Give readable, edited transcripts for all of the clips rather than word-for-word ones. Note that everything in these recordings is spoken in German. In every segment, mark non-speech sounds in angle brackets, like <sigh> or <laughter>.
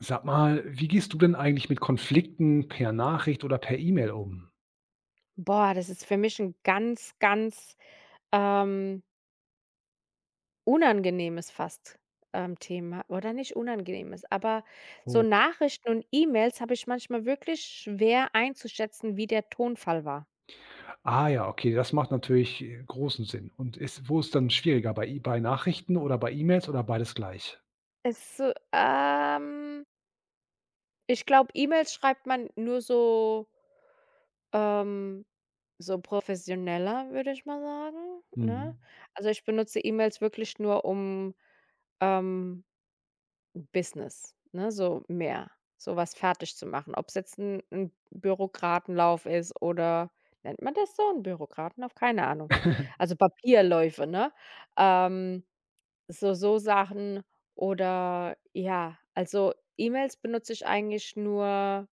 Sag mal, wie gehst du denn eigentlich mit Konflikten per Nachricht oder per E-Mail um? Boah, das ist für mich ein ganz, ganz, ähm, unangenehmes fast, Thema oder nicht unangenehmes, aber so Oh. Nachrichten und E-Mails habe ich manchmal wirklich schwer einzuschätzen, wie der Tonfall war. Ah ja, okay, das macht natürlich, großen Sinn. Und ist wo ist dann schwieriger, bei E bei Nachrichten oder bei E-Mails oder beides gleich? So, ich glaube, E-Mails schreibt man nur so, ähm so professioneller, würde ich mal sagen, ne? Mhm. Also, ich benutze E-Mails wirklich nur, um, ähm Business, ne, so mehr, so was fertig zu machen. Ob es jetzt ein 'n Bürokratenlauf ist oder nennt man das so, ein Bürokratenlauf? Keine Ahnung. <laughs> Also, Papierläufe, ne? Ähm, so Sachen oder ja, also, E-Mails benutze ich eigentlich nur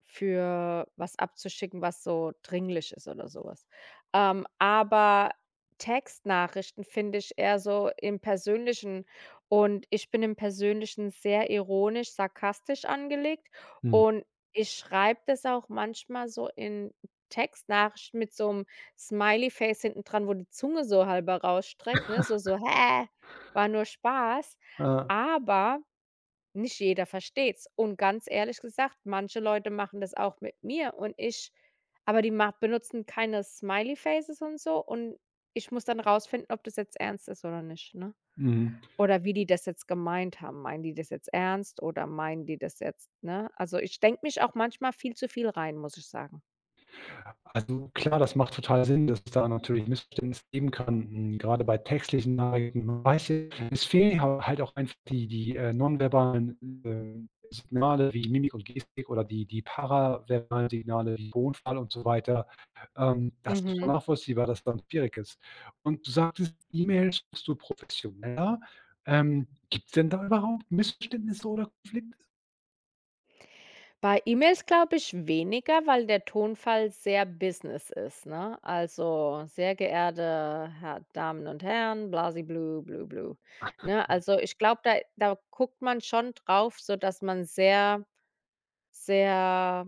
für was abzuschicken, was so dringlich ist oder sowas. Aber Textnachrichten finde ich eher so im Persönlichen und ich bin im Persönlichen sehr ironisch, sarkastisch angelegt Mhm. und ich schreibe das auch manchmal so in Textnachrichten mit so 'm Smiley-Face hinten dran, wo die Zunge so halber rausstreckt, ne? So: <laughs> „Hä, war nur Spaß." Äh, Aber nicht jeder versteht's und ganz ehrlich gesagt, manche Leute machen das auch mit mir und ich aber die ma benutzen keine Smiley Faces und so und ich muss dann rausfinden, ob das jetzt ernst ist oder nicht, ne? Mhm. Oder wie die das jetzt gemeint haben. Meinen die das jetzt ernst oder meinen die das jetzt, ne? Also, ich denke mich auch manchmal viel zu viel rein, muss ich sagen. Also klar, das macht total Sinn, dass es da natürlich Missverständnisse geben kann. Gerade bei textlichen Nachrichten. Man weiß ja, es fehlen ha halt auch einfach die, nonverbalen, Signale wie Mimik und Gestik oder die paraverbalen Signale wie Tonfall und so weiter. Das ist schon Mhm. nachvollziehbar, dass dann schwierig ist. Und du sagtest, E-Mails machst du professioneller. Gibt's denn da überhaupt Missverständnisse oder Konflikte? Bei E-Mails glaube ich weniger, weil der Tonfall sehr Business ist, ne? Also: „Sehr geehrte Herr Damen und Herren, Blasi-Blü, Blü-Blü." Ne? Also, ich glaube, da guckt man schon drauf, sodass man sehr, sehr,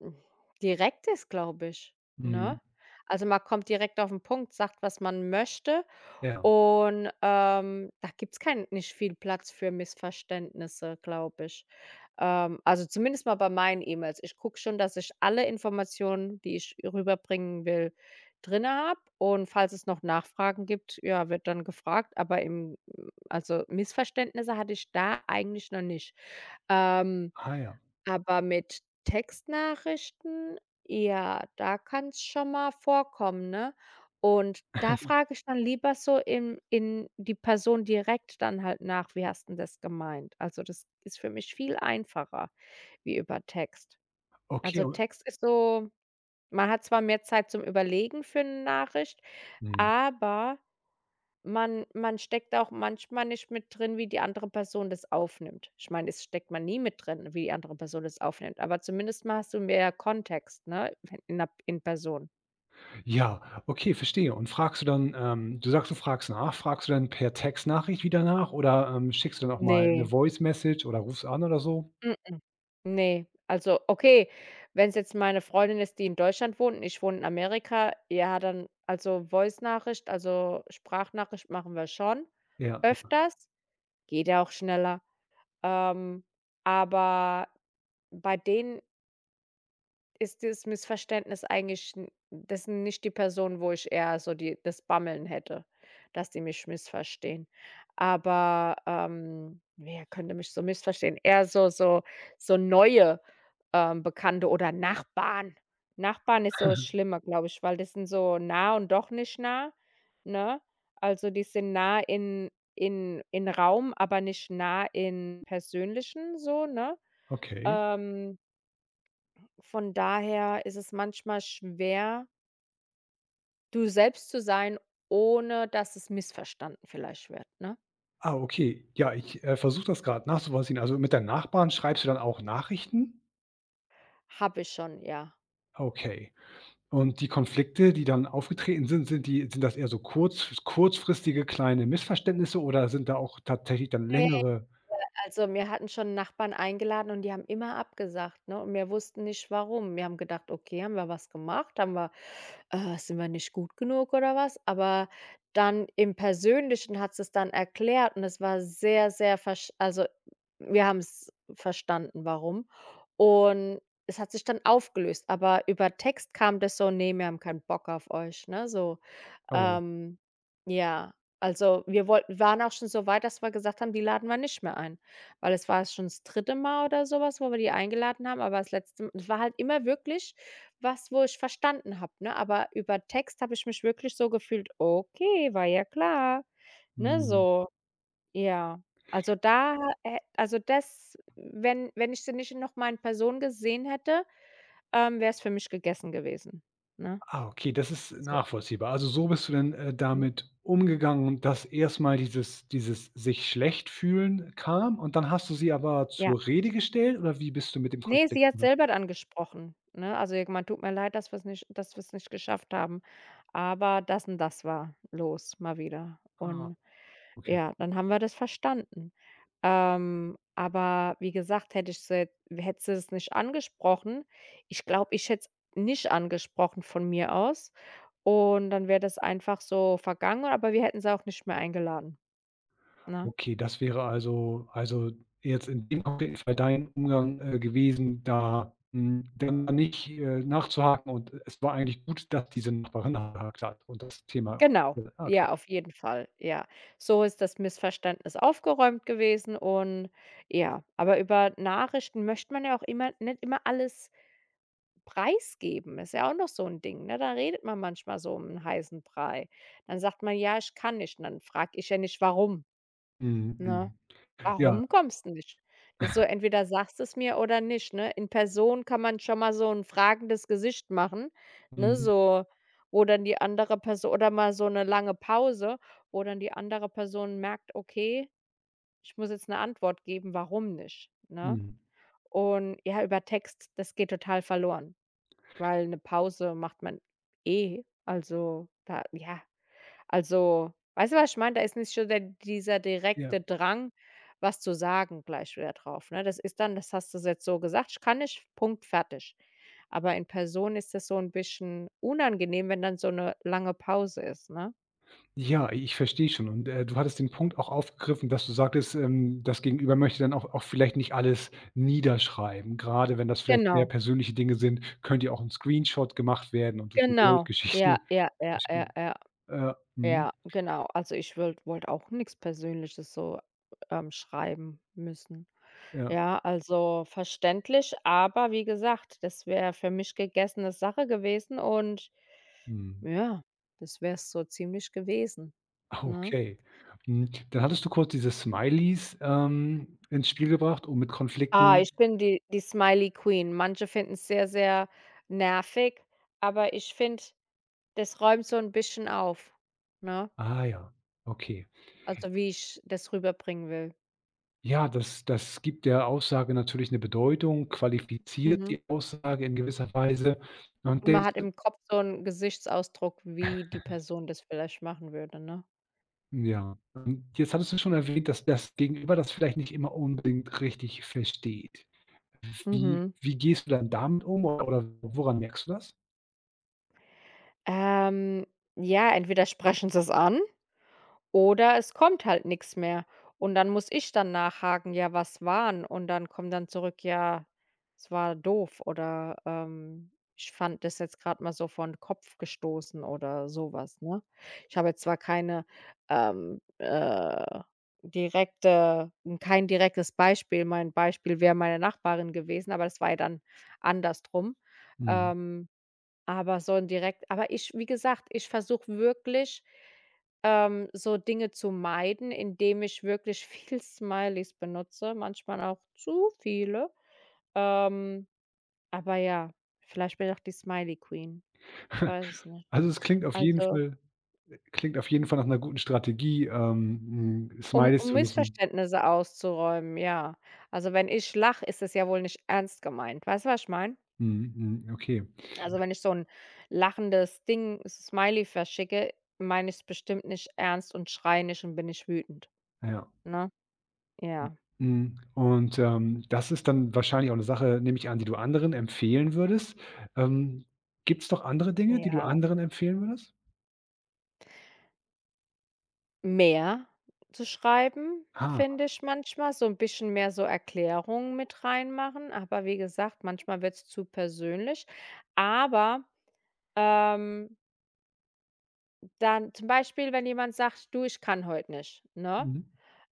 hm, direkt ist, glaube ich, Mhm, ne? Also, man kommt direkt auf den Punkt, sagt, was man möchte ja. und, da gibt's kein nicht viel Platz für Missverständnisse, glaube ich. Also zumindest mal bei meinen E-Mails. Ich gucke schon, dass ich alle Informationen, die ich rüberbringen will, drin habe und falls es noch Nachfragen gibt, ja, wird dann gefragt, aber im also Missverständnisse hatte ich da eigentlich noch nicht. Ähm, Ah ja. aber mit Textnachrichten, ja, da kann's schon mal vorkommen, ne? Und da frage ich dann lieber so in die Person direkt dann halt nach: „Wie hast 'n das gemeint?" Also, das ist für mich viel einfacher wie über Text. Okay, Also, aber Text ist so man hat zwar mehr Zeit zum Überlegen für eine Nachricht, mhm. aber man steckt auch manchmal nicht mit drin, wie die andere Person das aufnimmt. Ich meine, es steckt man nie mit drin, wie die andere Person das aufnimmt, aber zumindest mal hast du mehr Kontext, ne, in Person. Ja, okay, verstehe. Und fragst du dann du sagst, du fragst nach. Fragst du dann per Textnachricht wieder nach oder, schickst du dann auch mal eine Ne. Voice Message oder rufst an oder so? Mm-mm. Ne, also okay, wenn es jetzt meine Freundin ist, die in Deutschland wohnt und ich wohne in Amerika, ja, dann also Voice-Nachricht, also Sprachnachricht machen wir schon Ja, öfters, geht ja auch schneller. Ähm, aber bei denen ist dieses Missverständnis eigentlich n das sind nicht die Person, wo ich eher so die das Bammeln hätte, dass die mich missverstehen. Aber, wer könnte mich so missverstehen? Eher so neue, Bekannte oder Nachbarn. Nachbarn ist so schlimmer glaube ich, weil das sind so nah und doch nicht nah, ne? Also, die sind nah in Raum, aber nicht nah in Persönlichen so, ne? okay. Ähm von daher ist es manchmal schwer, du selbst zu sein, ohne dass es missverstanden vielleicht wird, ne? Ah, okay. Ja, ich, versuche das gerade nachzuvollziehen. Also, mit deinen Nachbarn schreibst du dann auch Nachrichten? Habe ich schon, ja. Okay. Und die Konflikte, die dann aufgetreten sind, sind die sind das eher so kurzfristige kleine Missverständnisse oder sind da auch tatsächlich dann längere? Also, mir hatten schon Nachbarn eingeladen und die haben immer abgesagt, ne? Und wir wussten nicht warum. Wir haben gedacht: „Okay, haben wir was gemacht? Haben wir sind wir nicht gut genug oder was?" Aber dann im Persönlichen hat sie es dann erklärt und es war sehr, sehr versch also, wir haben es verstanden, warum. Und es hat sich dann aufgelöst, aber über Text kam das so: „Ne, wir haben keinen Bock auf euch", ne, so. Oh, Ähm, ja, also, wir wollten waren auch schon so weit, dass wir gesagt haben, die laden wir nicht mehr ein, weil es war schon das dritte Mal oder sowas, wo wir die eingeladen haben, aber das letzte Mal, es war halt immer wirklich was, wo ich verstanden habe, ne? Aber über Text habe ich mich wirklich so gefühlt: „Okay, war ja klar", ne, mhm. so. Ja, also, da hä also, das wenn wenn ich sie nicht noch mal in Person gesehen hätte, wäre es für mich gegessen gewesen, ne? Ah, okay, das ist Also, nachvollziehbar. Also, so bist du denn, mhm, damit umgegangen, dass erstmal dieses sich schlecht fühlen kam und dann hast du sie aber ja. zur Rede gestellt oder wie bist du mit dem Ne, Konflikt sie hat umgegangen? selber angesprochen, ne? Also, ihr gemeint: „Tut mir leid, dass wir's nicht geschafft haben, aber das und das war los mal wieder." Ah, Und okay. ja, dann haben wir das verstanden. Aber wie gesagt, hätte sie es nicht angesprochen ich glaube, ich hätte es nicht angesprochen von mir aus und dann wäre das einfach so vergangen, aber wir hätten sie auch nicht mehr eingeladen, ne? Okay, das wäre also jetzt in dem konkreten Fall dein Umgang, gewesen, da hm, dann nicht, nachzuhaken und es war eigentlich gut, dass diese Nachbarin nachgehakt hat und das Thema Genau, ah, okay. ja, auf jeden Fall, ja. So ist das Missverständnis aufgeräumt gewesen und ja, aber über Nachrichten möchte man ja auch immer nicht immer alles preisgeben. Ist ja auch noch so 'n Ding, ne? Da redet man manchmal so um 'n heißen Brei. Dann sagt man: „Ja, ich kann nicht." Und dann frage ich ja nicht warum, Mhm, ne? mhm. Ja. Warum kommst du nicht? Ist so, entweder sagst du es mir oder nicht, ne? In Person kann man schon mal so 'n fragendes Gesicht machen, ne, Mhm, so, wo dann die andere Perso oder mal so 'ne lange Pause, wo dann die andere Person merkt: „Okay, ich muss jetzt 'ne Antwort geben, warum nicht?", ne? mhm. Und ja, über Text, das geht total verloren, weil 'ne Pause macht man eh. Also, da ja. Also, weißt du, was ich meine? Da ist nicht so der dieser Ja. direkte Drang, was zu sagen gleich wieder drauf, ne? Das ist dann: „Das hast du jetzt so gesagt, ich kann nicht, Punkt, fertig." Aber in Person ist das so ein bisschen unangenehm, wenn dann so eine lange Pause ist, ne? Ja, ich verstehe schon. Und, du hattest den Punkt auch aufgegriffen, dass du sagtest, das Gegenüber möchte dann auch vielleicht nicht alles niederschreiben. Gerade wenn das vielleicht sehr Genau, persönliche Dinge sind, könnte ja auch ein Screenshot gemacht werden und durch die genau. Ja, Weltgeschichte. ja, ja, ja, ja, Ja, mhm, ja, genau. Also, ich wollte auch nix Persönliches so, schreiben müssen. ja, Ja, also verständlich, aber wie gesagt, das wäre für mich gegessene Sache gewesen und mhm. ja, das wär's so ziemlich gewesen, Ah, ne? okay. Hm, dann hattest du kurz diese Smileys, ins Spiel gebracht, um mit Ah, Konflikten ich bin die Smiley Queen. Manche finden es sehr, sehr nervig, aber ich finde, das räumt so ein bisschen auf, ne? ah ja, okay. Also, wie ich das rüberbringen will. Ja, das gibt der Aussage natürlich eine Bedeutung, qualifiziert Mhm. die Aussage in gewisser Weise. Und Und man denkst hat du im Kopf so einen Gesichtsausdruck, wie die Person das vielleicht machen würde, ne? ja, und jetzt hattest du schon erwähnt, dass das Gegenüber das vielleicht nicht immer unbedingt richtig versteht. Mhm. Wie gehst du dann damit um oder woran merkst du das? Ähm, ja, entweder sprechen sie es an oder es kommt halt nichts mehr. Und dann muss ich dann nachhaken: „Ja, was waren?" Und dann kommt dann zurück: „Ja, es war doof" oder, „Ich fand das jetzt gerade mal so vorn Kopf gestoßen" oder sowas, ne? Ich habe jetzt zwar ähm, äh, direkte kein direktes Beispiel. Mein Beispiel wäre meine Nachbarin gewesen, aber das war ja dann andersrum. Mhm. Ähm aber so 'n direkt aber ich wie gesagt, ich versuche wirklich, so Dinge zu meiden, indem ich wirklich viel <laughs> Smileys benutze, manchmal auch zu viele. Ähm, aber ja, vielleicht bin ich auch die Smiley Queen. Ich weiß es <laughs> nicht. Also, es klingt auf jeden Also, Fall klingt auf jeden Fall nach einer guten Strategie, um Smileys um zu nutzen. Missverständnisse auszuräumen, ja. Also, wenn ich lache, ist es ja wohl nicht ernst gemeint. Weißt du, was ich meine? Mhm, mhm, okay, Also, wenn ich so ein lachendes Ding, Smiley verschicke, meine ich es bestimmt nicht ernst und schreie nicht und bin nicht wütend, ja. ne? Ja. Mhm. Und, das ist dann wahrscheinlich auch eine Sache, nehme ich an, die du anderen empfehlen würdest. Ähm, Gibt es noch andere Dinge, die du Ja, anderen empfehlen würdest? mehr zu schreiben, Ah, finde ich manchmal, so 'n bisschen mehr so Erklärungen mit reinmachen, aber wie gesagt, manchmal wird's zu persönlich. Aber, ähm, dann zum Beispiel, wenn jemand sagt: „Du, ich kann heute nicht", ne? mhm,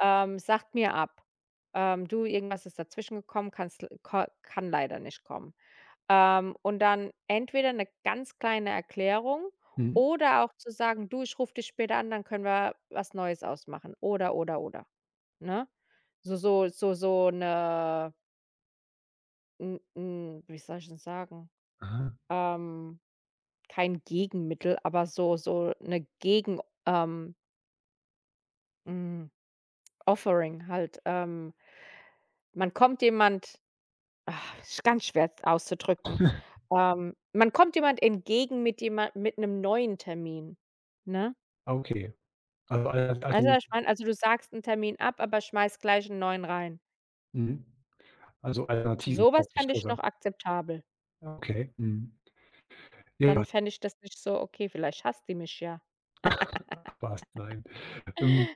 „Sagt mir ab." „Du, irgendwas ist dazwischen gekommen, kannst l ko kann leider nicht kommen." Und dann entweder eine ganz kleine Erklärung mhm, oder auch zu sagen: „Du, ich rufe dich später an, dann können wir was Neues ausmachen." Oder, ne? So eine 'n 'n wie soll ich denn sagen? aha, Ähm, kein Gegenmittel, aber so eine ähm, hm, Offering halt. Man kommt jemand. Ach, ist ganz schwer auszudrücken. Man kommt jemand entgegen mit 'nem neuen Termin, ne? okay. Also, al Weißt du, altern was ich meine? Also, du sagst 'n Termin ab, aber schmeißt gleich 'n neuen rein. mhm, also, Alternativen So was praktisch fände ich noch sozusagen. akzeptabel. Okay, mhm. Ja, Dann fände ich das nicht so: „Okay, vielleicht hasst die mich ja." passt, nein. Ähm,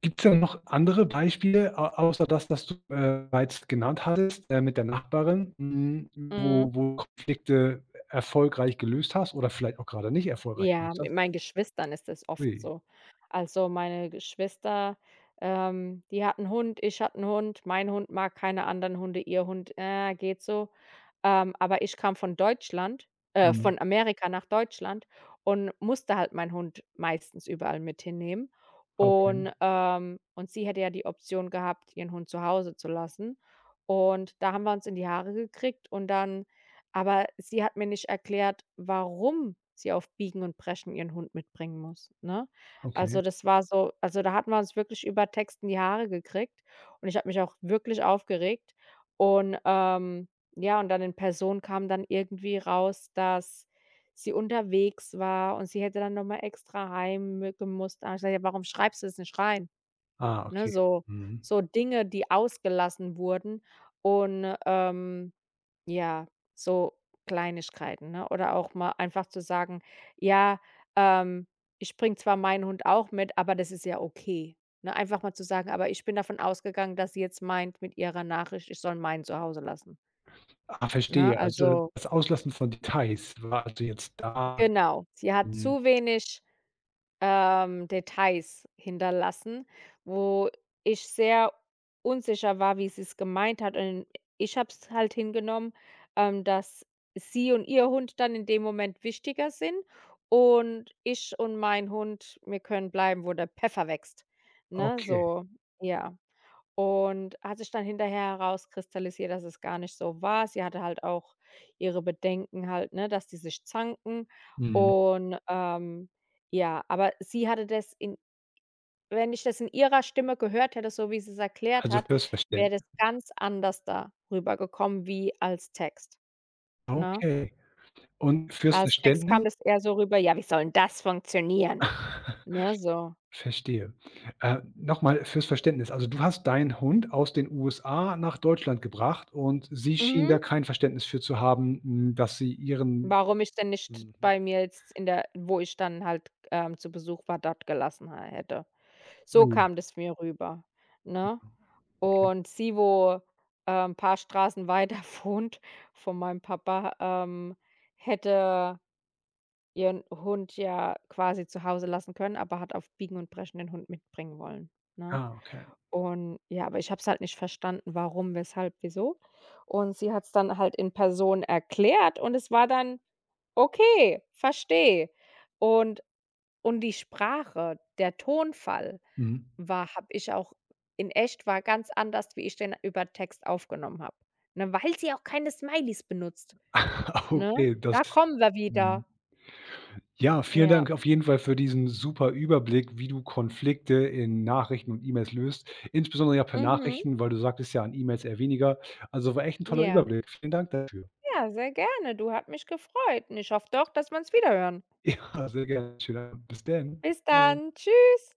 Gibt es denn noch andere Beispiele au außer das, das du bereits genannt hattest, mit der Nachbarin, hm, Mhm. wo wo Konflikte erfolgreich gelöst hast oder vielleicht auch gerade nicht erfolgreich Ja, gelöst mit hast? meinen Geschwistern ist das oft Ui. so. Also, meine Geschwister, die hat 'n Hund, ich hatte 'n Hund, mein Hund mag keine anderen Hunde, ihr Hund, geht so. Aber ich kam Mhm. von Amerika nach Deutschland und musste halt meinen Hund meistens überall mit hinnehmen. Okay, Und sie hätte ja die Option gehabt, ihren Hund zu Hause zu lassen. Und da haben wir uns in die Haare gekriegt und dann aber sie hat mir nicht erklärt, warum sie auf Biegen und Brechen ihren Hund mitbringen muss, ne? okay. Also, das war so, also, da hatten wir uns wirklich über Text in die Haare gekriegt und ich habe mich auch wirklich aufgeregt und, ja, und dann in Person kam dann irgendwie raus, dass sie unterwegs war und sie hätte dann noch mal extra heim mü gemusst. Da habe ich gesagt: „Ja, warum schreibst du es nicht rein?" Ah, Ne, okay. so Mhm. so Dinge, die ausgelassen wurden und, ja, so Kleinigkeiten, ne? Oder auch mal einfach zu sagen: „Ja, ähm, ich bringe zwar meinen Hund auch mit, aber das ist ja okay." Ne, einfach mal zu sagen: „Aber ich bin davon ausgegangen, dass sie jetzt meint mit ihrer Nachricht, ich soll meinen zu Hause lassen." Ah, Ne, verstehe. Also, also das Auslassen von Details war also jetzt da genau. Sie hat mhm, zu wenig Details hinterlassen, wo ich sehr unsicher war, wie sie es gemeint hat. Und ich habe es halt hingenommen, dass sie und ihr Hund dann in dem Moment wichtiger sind und ich und mein Hund, wir können bleiben, wo der Pfeffer wächst, ne, okay. so, ja. Und hat sich dann hinterher herauskristallisiert, dass es gar nicht so war. Sie hatte halt auch ihre Bedenken halt, ne, dass die sich zanken. Mhm. Und, ja, aber sie hatte das in wenn ich das in ihrer Stimme gehört hätte, so wie sie es erklärt Also, hat, fürs wäre das Verständnis. ganz anders da rübergekommen wie als Text, ne? Okay. Und fürs Als Text kam Verständnis das eher so rüber: „Ja, wie soll 'n das funktionieren?" <laughs> Ne, so. verstehe. Noch fürs Verständnis. Also, du hast deinen Hund aus den USA nach Deutschland gebracht und sie schien Mhm. da kein Verständnis für zu haben, hm, dass sie ihren Warum ich denn nicht mhm. bei mir jetzt in der wo ich dann halt, zu Besuch war, dort gelassen ha hätte. So Ui, kam das mir rüber, ne? okay. Und sie, wo, ein paar Straßen weiter <laughs> wohnt von meinem Papa, hätte ihren Hund ja quasi zu Hause lassen können, aber hat auf Biegen und Brechen den Hund mitbringen wollen, ne? Ah, okay. Und ja, aber ich habe es halt nicht verstanden, warum, weshalb, wieso. Und sie hat es dann halt in Person erklärt und es war dann: „Okay, verstehe." Und und die Sprache, der Tonfall Mhm. war habe ich auch in echt war ganz anders, wie ich den über Text aufgenommen habe, ne, weil sie auch keine Smileys benutzt, <laughs> ne? Okay, das Da kommen wir mhm. wieder. Ja, vielen Ja. Dank auf jeden Fall für diesen super Überblick, wie du Konflikte in Nachrichten und E-Mails löst, insbesondere ja per Mhm. Nachrichten, weil du sagtest ja an E-Mails eher weniger. Also, war echt ein toller Ja. Überblick. Vielen Dank dafür. <laughs> Ja, sehr gerne. Du, hat mich gefreut und ich hoffe doch, dass wir uns wiederhören. Ja, sehr gerne. Schönen Abend. Bis dann. Bis Tschau. dann. Tschüss.